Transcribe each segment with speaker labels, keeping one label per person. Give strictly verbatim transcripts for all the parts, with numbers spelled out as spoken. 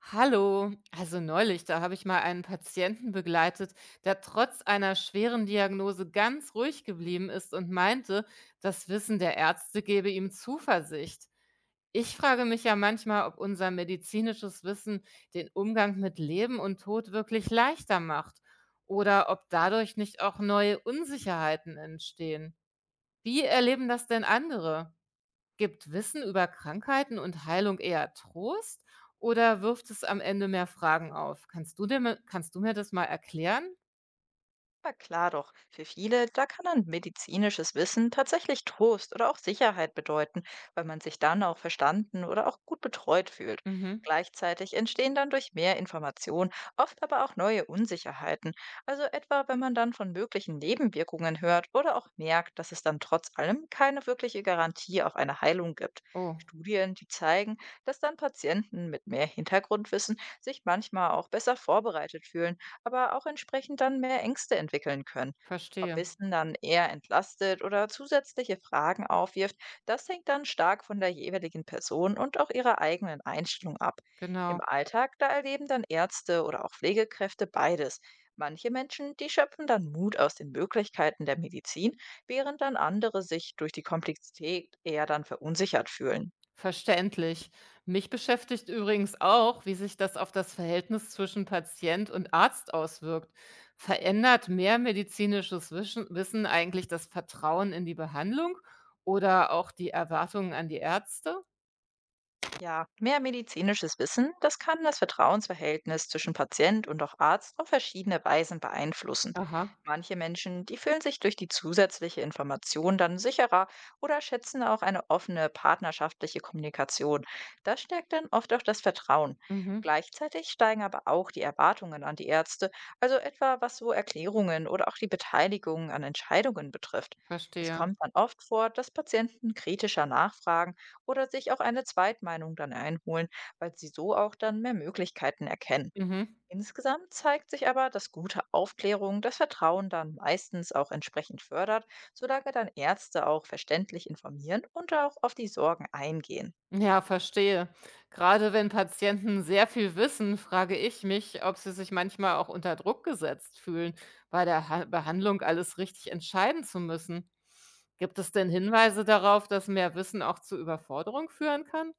Speaker 1: Hallo, also neulich, da habe ich mal einen Patienten begleitet, der trotz einer schweren Diagnose ganz ruhig geblieben ist und meinte, das Wissen der Ärzte gebe ihm Zuversicht. Ich frage mich ja manchmal, ob unser medizinisches Wissen den Umgang mit Leben und Tod wirklich leichter macht oder ob dadurch nicht auch neue Unsicherheiten entstehen. Wie erleben das denn andere? Gibt Wissen über Krankheiten und Heilung eher Trost oder wirft es am Ende mehr Fragen auf? Kannst du dir mi kannst du mir das mal erklären?
Speaker 2: Aber klar doch, für viele, da kann dann medizinisches Wissen tatsächlich Trost oder auch Sicherheit bedeuten, weil man sich dann auch verstanden oder auch gut betreut fühlt.
Speaker 1: Mhm.
Speaker 2: Gleichzeitig entstehen dann durch mehr Information oft aber auch neue Unsicherheiten. Also etwa, wenn man dann von möglichen Nebenwirkungen hört oder auch merkt, dass es dann trotz allem keine wirkliche Garantie auf eine Heilung gibt.
Speaker 1: Oh,
Speaker 2: Studien, die zeigen, dass dann Patienten mit mehr Hintergrundwissen sich manchmal auch besser vorbereitet fühlen, aber auch entsprechend dann mehr Ängste entwickeln können. Ob
Speaker 1: verstehe.
Speaker 2: Wissen dann eher entlastet oder zusätzliche Fragen aufwirft, das hängt dann stark von der jeweiligen Person und auch ihrer eigenen Einstellung ab. Im
Speaker 1: Genau.
Speaker 2: Alltag, da erleben dann Ärzte oder auch Pflegekräfte beides. Manche Menschen, die schöpfen dann Mut aus den Möglichkeiten der Medizin, während dann andere sich durch die Komplexität eher dann verunsichert fühlen.
Speaker 1: Verständlich. Mich beschäftigt übrigens auch, wie sich das auf das Verhältnis zwischen Patient und Arzt auswirkt. Verändert mehr medizinisches Wischen Wissen eigentlich das Vertrauen in die Behandlung oder auch die Erwartungen an die Ärzte?
Speaker 2: Ja, mehr medizinisches Wissen, das kann das Vertrauensverhältnis zwischen Patient und auch Arzt auf verschiedene Weisen beeinflussen.
Speaker 1: Aha.
Speaker 2: Manche Menschen, die fühlen sich durch die zusätzliche Information dann sicherer oder schätzen auch eine offene partnerschaftliche Kommunikation. Das stärkt dann oft auch das Vertrauen.
Speaker 1: Mhm.
Speaker 2: Gleichzeitig steigen aber auch die Erwartungen an die Ärzte, also etwa was so Erklärungen oder auch die Beteiligung an Entscheidungen betrifft. Es
Speaker 1: Verstehe.
Speaker 2: kommt dann oft vor, dass Patienten kritischer nachfragen oder sich auch eine Zweitmeinung dann einholen, weil sie so auch dann mehr Möglichkeiten erkennen.
Speaker 1: Mhm.
Speaker 2: Insgesamt zeigt sich aber, dass gute Aufklärung das Vertrauen dann meistens auch entsprechend fördert, solange dann Ärzte auch verständlich informieren und auch auf die Sorgen eingehen.
Speaker 1: Ja, verstehe. Gerade wenn Patienten sehr viel wissen, frage ich mich, ob sie sich manchmal auch unter Druck gesetzt fühlen, bei der ha Behandlung alles richtig entscheiden zu müssen. Gibt es denn Hinweise darauf, dass mehr Wissen auch zu Überforderung führen kann?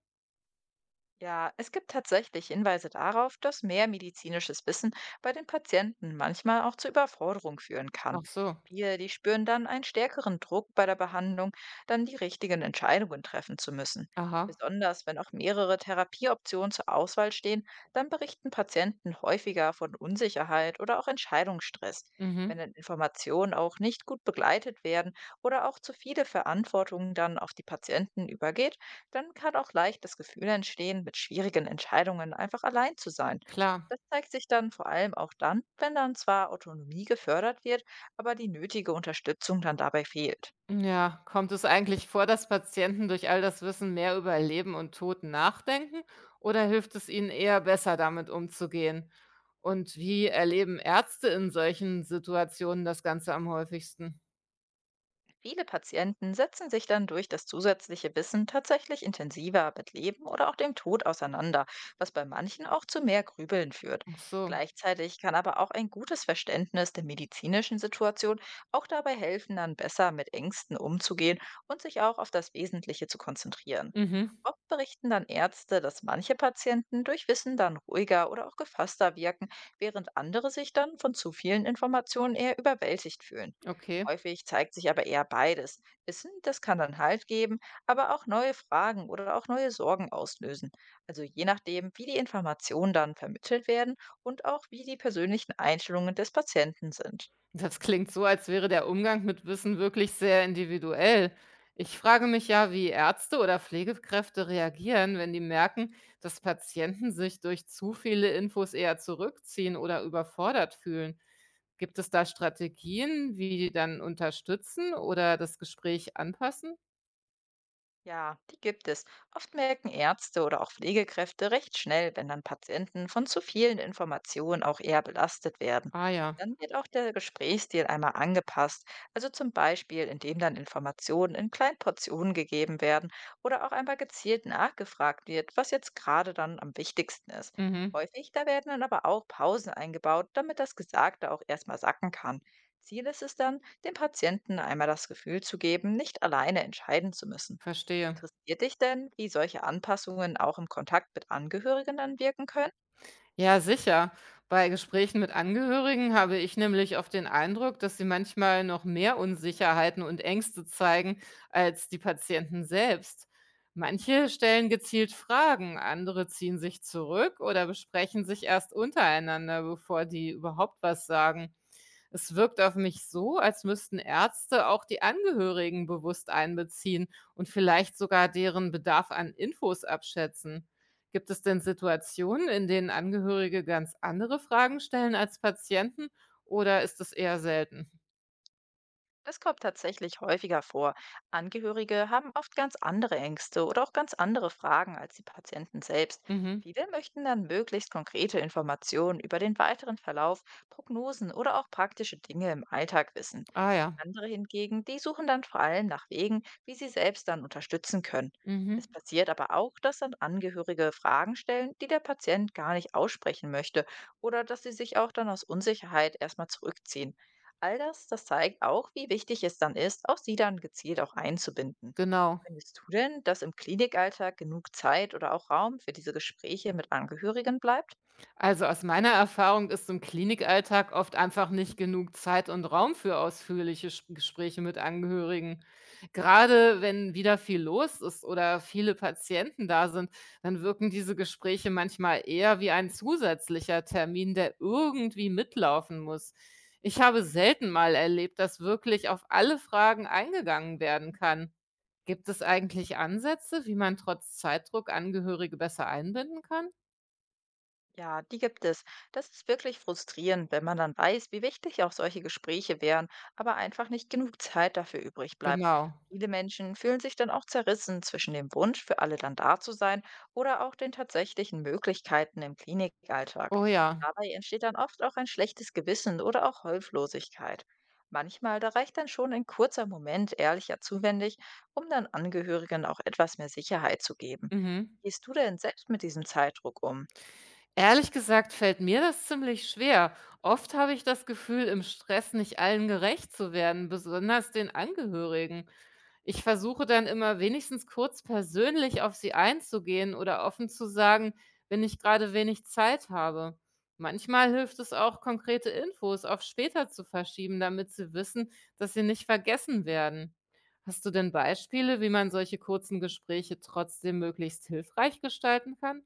Speaker 2: Ja, es gibt tatsächlich Hinweise darauf, dass mehr medizinisches Wissen bei den Patienten manchmal auch zu Überforderung führen kann.
Speaker 1: Ach so,
Speaker 2: Wir die spüren dann einen stärkeren Druck bei der Behandlung, dann die richtigen Entscheidungen treffen zu müssen.
Speaker 1: aha,
Speaker 2: Besonders wenn auch mehrere Therapieoptionen zur Auswahl stehen, dann berichten Patienten häufiger von Unsicherheit oder auch Entscheidungsstress. Wenn
Speaker 1: mhm,
Speaker 2: dann Informationen auch nicht gut begleitet werden oder auch zu viele Verantwortungen dann auf die Patienten übergeht, dann kann auch leicht das Gefühl entstehen, mit schwierigen Entscheidungen einfach allein zu sein.
Speaker 1: klar.
Speaker 2: Das zeigt sich dann vor allem auch dann, wenn dann zwar Autonomie gefördert wird, aber die nötige Unterstützung dann dabei fehlt.
Speaker 1: Ja, kommt es eigentlich vor, dass Patienten durch all das Wissen mehr über Leben und Tod nachdenken oder hilft es ihnen eher besser damit umzugehen? Und wie erleben Ärzte in solchen Situationen das Ganze am häufigsten?
Speaker 2: Viele Patienten setzen sich dann durch das zusätzliche Wissen tatsächlich intensiver mit Leben oder auch dem Tod auseinander, was bei manchen auch zu mehr Grübeln führt.
Speaker 1: Ach so,
Speaker 2: Gleichzeitig kann aber auch ein gutes Verständnis der medizinischen Situation auch dabei helfen, dann besser mit Ängsten umzugehen und sich auch auf das Wesentliche zu konzentrieren.
Speaker 1: mhm,
Speaker 2: Oft berichten dann Ärzte, dass manche Patienten durch Wissen dann ruhiger oder auch gefasster wirken, während andere sich dann von zu vielen Informationen eher überwältigt fühlen.
Speaker 1: okay.
Speaker 2: Häufig zeigt sich aber eher beides. Wissen, das kann dann Halt geben, aber auch neue Fragen oder auch neue Sorgen auslösen. Also je nachdem, wie die Informationen dann vermittelt werden und auch wie die persönlichen Einstellungen des Patienten sind.
Speaker 1: Das klingt so, als wäre der Umgang mit Wissen wirklich sehr individuell. Ich frage mich ja, wie Ärzte oder Pflegekräfte reagieren, wenn die merken, dass Patienten sich durch zu viele Infos eher zurückziehen oder überfordert fühlen. Gibt es da Strategien, wie die dann unterstützen oder das Gespräch anpassen?
Speaker 2: Ja, die gibt es. Oft merken Ärzte oder auch Pflegekräfte recht schnell, wenn dann Patienten von zu vielen Informationen auch eher belastet werden.
Speaker 1: Ah ja,
Speaker 2: Dann wird auch der Gesprächsstil einmal angepasst, also zum Beispiel, indem dann Informationen in kleinen Portionen gegeben werden oder auch einmal gezielt nachgefragt wird, was jetzt gerade dann am wichtigsten ist.
Speaker 1: mhm,
Speaker 2: Häufig, da werden dann aber auch Pausen eingebaut, damit das Gesagte auch erstmal sacken kann. Ziel ist es dann, dem Patienten einmal das Gefühl zu geben, nicht alleine entscheiden zu müssen.
Speaker 1: verstehe.
Speaker 2: Interessiert dich denn, wie solche Anpassungen auch im Kontakt mit Angehörigen dann wirken können?
Speaker 1: Ja, sicher. Bei Gesprächen mit Angehörigen habe ich nämlich oft den Eindruck, dass sie manchmal noch mehr Unsicherheiten und Ängste zeigen als die Patienten selbst. Manche stellen gezielt Fragen, andere ziehen sich zurück oder besprechen sich erst untereinander, bevor die überhaupt was sagen. Es wirkt auf mich so, als müssten Ärzte auch die Angehörigen bewusst einbeziehen und vielleicht sogar deren Bedarf an Infos abschätzen. Gibt es denn Situationen, in denen Angehörige ganz andere Fragen stellen als Patienten oder ist das eher selten?
Speaker 2: Das kommt tatsächlich häufiger vor. Angehörige haben oft ganz andere Ängste oder auch ganz andere Fragen als die Patienten selbst.
Speaker 1: Mhm.
Speaker 2: Viele möchten dann möglichst konkrete Informationen über den weiteren Verlauf, Prognosen oder auch praktische Dinge im Alltag wissen.
Speaker 1: Ah ja,
Speaker 2: Andere hingegen, die suchen dann vor allem nach Wegen, wie sie selbst dann unterstützen können.
Speaker 1: mhm.
Speaker 2: Es passiert aber auch, dass dann Angehörige Fragen stellen, die der Patient gar nicht aussprechen möchte, oder dass sie sich auch dann aus Unsicherheit erstmal zurückziehen. All das, das zeigt auch, wie wichtig es dann ist, auch sie dann gezielt auch einzubinden.
Speaker 1: Genau.
Speaker 2: Findest du denn, dass im Klinikalltag genug Zeit oder auch Raum für diese Gespräche mit Angehörigen bleibt?
Speaker 1: Also aus meiner Erfahrung ist im Klinikalltag oft einfach nicht genug Zeit und Raum für ausführliche Sch- Gespräche mit Angehörigen. Gerade wenn wieder viel los ist oder viele Patienten da sind, dann wirken diese Gespräche manchmal eher wie ein zusätzlicher Termin, der irgendwie mitlaufen muss. Ich habe selten mal erlebt, dass wirklich auf alle Fragen eingegangen werden kann. Gibt es eigentlich Ansätze, wie man trotz Zeitdruck Angehörige besser einbinden kann?
Speaker 2: Ja, die gibt es. Das ist wirklich frustrierend, wenn man dann weiß, wie wichtig auch solche Gespräche wären, aber einfach nicht genug Zeit dafür übrig bleibt.
Speaker 1: Genau.
Speaker 2: Viele Menschen fühlen sich dann auch zerrissen zwischen dem Wunsch, für alle dann da zu sein, oder auch den tatsächlichen Möglichkeiten im Klinikalltag.
Speaker 1: Oh ja.
Speaker 2: Dabei entsteht dann oft auch ein schlechtes Gewissen oder auch Hilflosigkeit. Manchmal, da reicht dann schon ein kurzer Moment ehrlicher Zuwendung, um dann Angehörigen auch etwas mehr Sicherheit zu geben.
Speaker 1: Mhm.
Speaker 2: Wie gehst du denn selbst mit diesem Zeitdruck um?
Speaker 1: Ehrlich gesagt fällt mir das ziemlich schwer. Oft habe ich das Gefühl, im Stress nicht allen gerecht zu werden, besonders den Angehörigen. Ich versuche dann immer wenigstens kurz persönlich auf sie einzugehen oder offen zu sagen, wenn ich gerade wenig Zeit habe. Manchmal hilft es auch, konkrete Infos auf später zu verschieben, damit sie wissen, dass sie nicht vergessen werden. Hast du denn Beispiele, wie man solche kurzen Gespräche trotzdem möglichst hilfreich gestalten kann?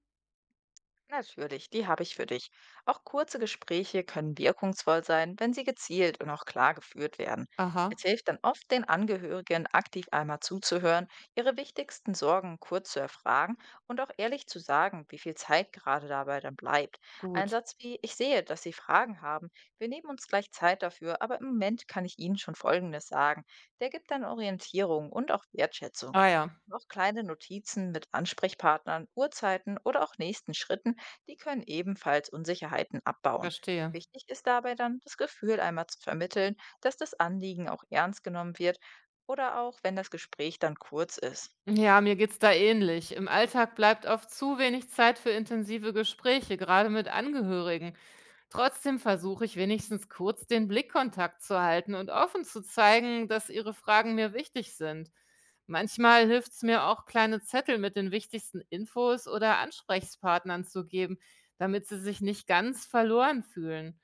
Speaker 2: Natürlich, die habe ich für dich. Auch kurze Gespräche können wirkungsvoll sein, wenn sie gezielt und auch klar geführt werden. Es
Speaker 1: Aha,
Speaker 2: hilft dann oft, den Angehörigen aktiv einmal zuzuhören, ihre wichtigsten Sorgen kurz zu erfragen und auch ehrlich zu sagen, wie viel Zeit gerade dabei dann bleibt. Ein
Speaker 1: gut.
Speaker 2: Satz wie, ich sehe, dass Sie Fragen haben, wir nehmen uns gleich Zeit dafür, aber im Moment kann ich Ihnen schon Folgendes sagen, der gibt dann Orientierung und auch Wertschätzung.
Speaker 1: Ah ja,
Speaker 2: Auch kleine Notizen mit Ansprechpartnern, Uhrzeiten oder auch nächsten Schritten, die können ebenfalls Unsicherheiten abbauen.
Speaker 1: verstehe.
Speaker 2: Wichtig ist dabei dann, das Gefühl einmal zu vermitteln, dass das Anliegen auch ernst genommen wird, oder auch, wenn das Gespräch dann kurz ist.
Speaker 1: Ja, mir geht's da ähnlich. Im Alltag bleibt oft zu wenig Zeit für intensive Gespräche, gerade mit Angehörigen. Trotzdem versuche ich wenigstens kurz den Blickkontakt zu halten und offen zu zeigen, dass ihre Fragen mir wichtig sind. Manchmal hilft es mir auch, kleine Zettel mit den wichtigsten Infos oder Ansprechpartnern zu geben, damit sie sich nicht ganz verloren fühlen.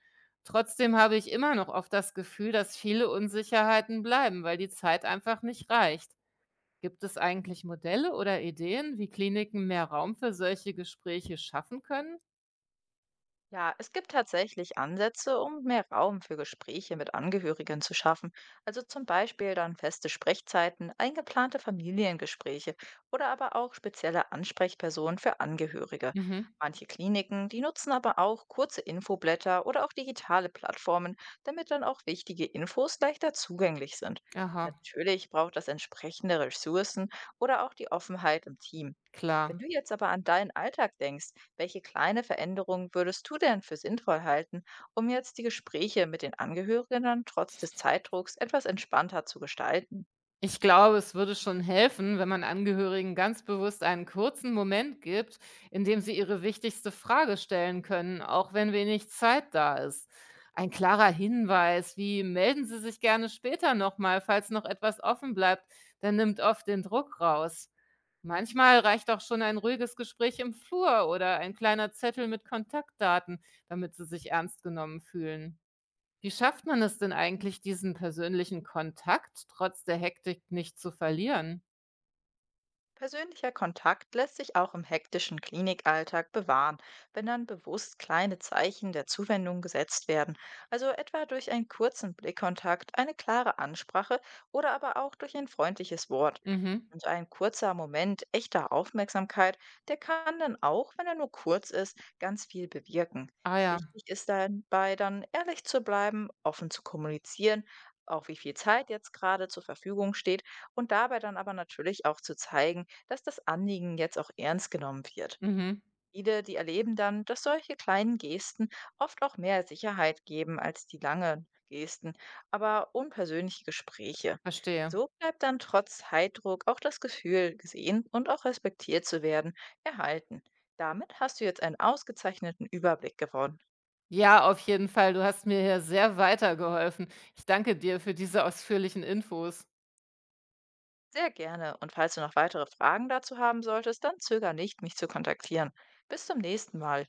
Speaker 1: Trotzdem habe ich immer noch oft das Gefühl, dass viele Unsicherheiten bleiben, weil die Zeit einfach nicht reicht. Gibt es eigentlich Modelle oder Ideen, wie Kliniken mehr Raum für solche Gespräche schaffen können?
Speaker 2: Ja, es gibt tatsächlich Ansätze, um mehr Raum für Gespräche mit Angehörigen zu schaffen. Also zum Beispiel dann feste Sprechzeiten, eingeplante Familiengespräche oder aber auch spezielle Ansprechpersonen für Angehörige.
Speaker 1: Mhm.
Speaker 2: Manche Kliniken, die nutzen aber auch kurze Infoblätter oder auch digitale Plattformen, damit dann auch wichtige Infos leichter zugänglich sind.
Speaker 1: Aha,
Speaker 2: Natürlich braucht das entsprechende Ressourcen oder auch die Offenheit im Team. Wenn
Speaker 1: klar.
Speaker 2: du jetzt aber an deinen Alltag denkst, welche kleine Veränderungen würdest du denn für sinnvoll halten, um jetzt die Gespräche mit den Angehörigen dann trotz des Zeitdrucks etwas entspannter zu gestalten?
Speaker 1: Ich glaube, es würde schon helfen, wenn man Angehörigen ganz bewusst einen kurzen Moment gibt, in dem sie ihre wichtigste Frage stellen können, auch wenn wenig Zeit da ist. Ein klarer Hinweis, wie melden Sie sich gerne später nochmal, falls noch etwas offen bleibt, der nimmt oft den Druck raus. Manchmal reicht auch schon ein ruhiges Gespräch im Flur oder ein kleiner Zettel mit Kontaktdaten, damit sie sich ernst genommen fühlen. Wie schafft man es denn eigentlich, diesen persönlichen Kontakt trotz der Hektik nicht zu verlieren?
Speaker 2: Persönlicher Kontakt lässt sich auch im hektischen Klinikalltag bewahren, wenn dann bewusst kleine Zeichen der Zuwendung gesetzt werden, also etwa durch einen kurzen Blickkontakt, eine klare Ansprache oder aber auch durch ein freundliches Wort.
Speaker 1: Mhm.
Speaker 2: Und ein kurzer Moment echter Aufmerksamkeit, der kann dann auch, wenn er nur kurz ist, ganz viel bewirken.
Speaker 1: Ah ja,
Speaker 2: Wichtig ist dabei dann ehrlich zu bleiben, offen zu kommunizieren, auch wie viel Zeit jetzt gerade zur Verfügung steht und dabei dann aber natürlich auch zu zeigen, dass das Anliegen jetzt auch ernst genommen wird.
Speaker 1: mhm,
Speaker 2: Viele, die erleben dann, dass solche kleinen Gesten oft auch mehr Sicherheit geben als die langen Gesten, aber unpersönliche Gespräche.
Speaker 1: verstehe.
Speaker 2: So bleibt dann trotz Zeitdruck auch das Gefühl, gesehen und auch respektiert zu werden, erhalten. Damit hast du jetzt einen ausgezeichneten Überblick gewonnen.
Speaker 1: Ja, auf jeden Fall. Du hast mir hier sehr weitergeholfen. Ich danke dir für diese ausführlichen Infos.
Speaker 2: Sehr gerne. Und falls du noch weitere Fragen dazu haben solltest, dann zöger nicht, mich zu kontaktieren. Bis zum nächsten Mal.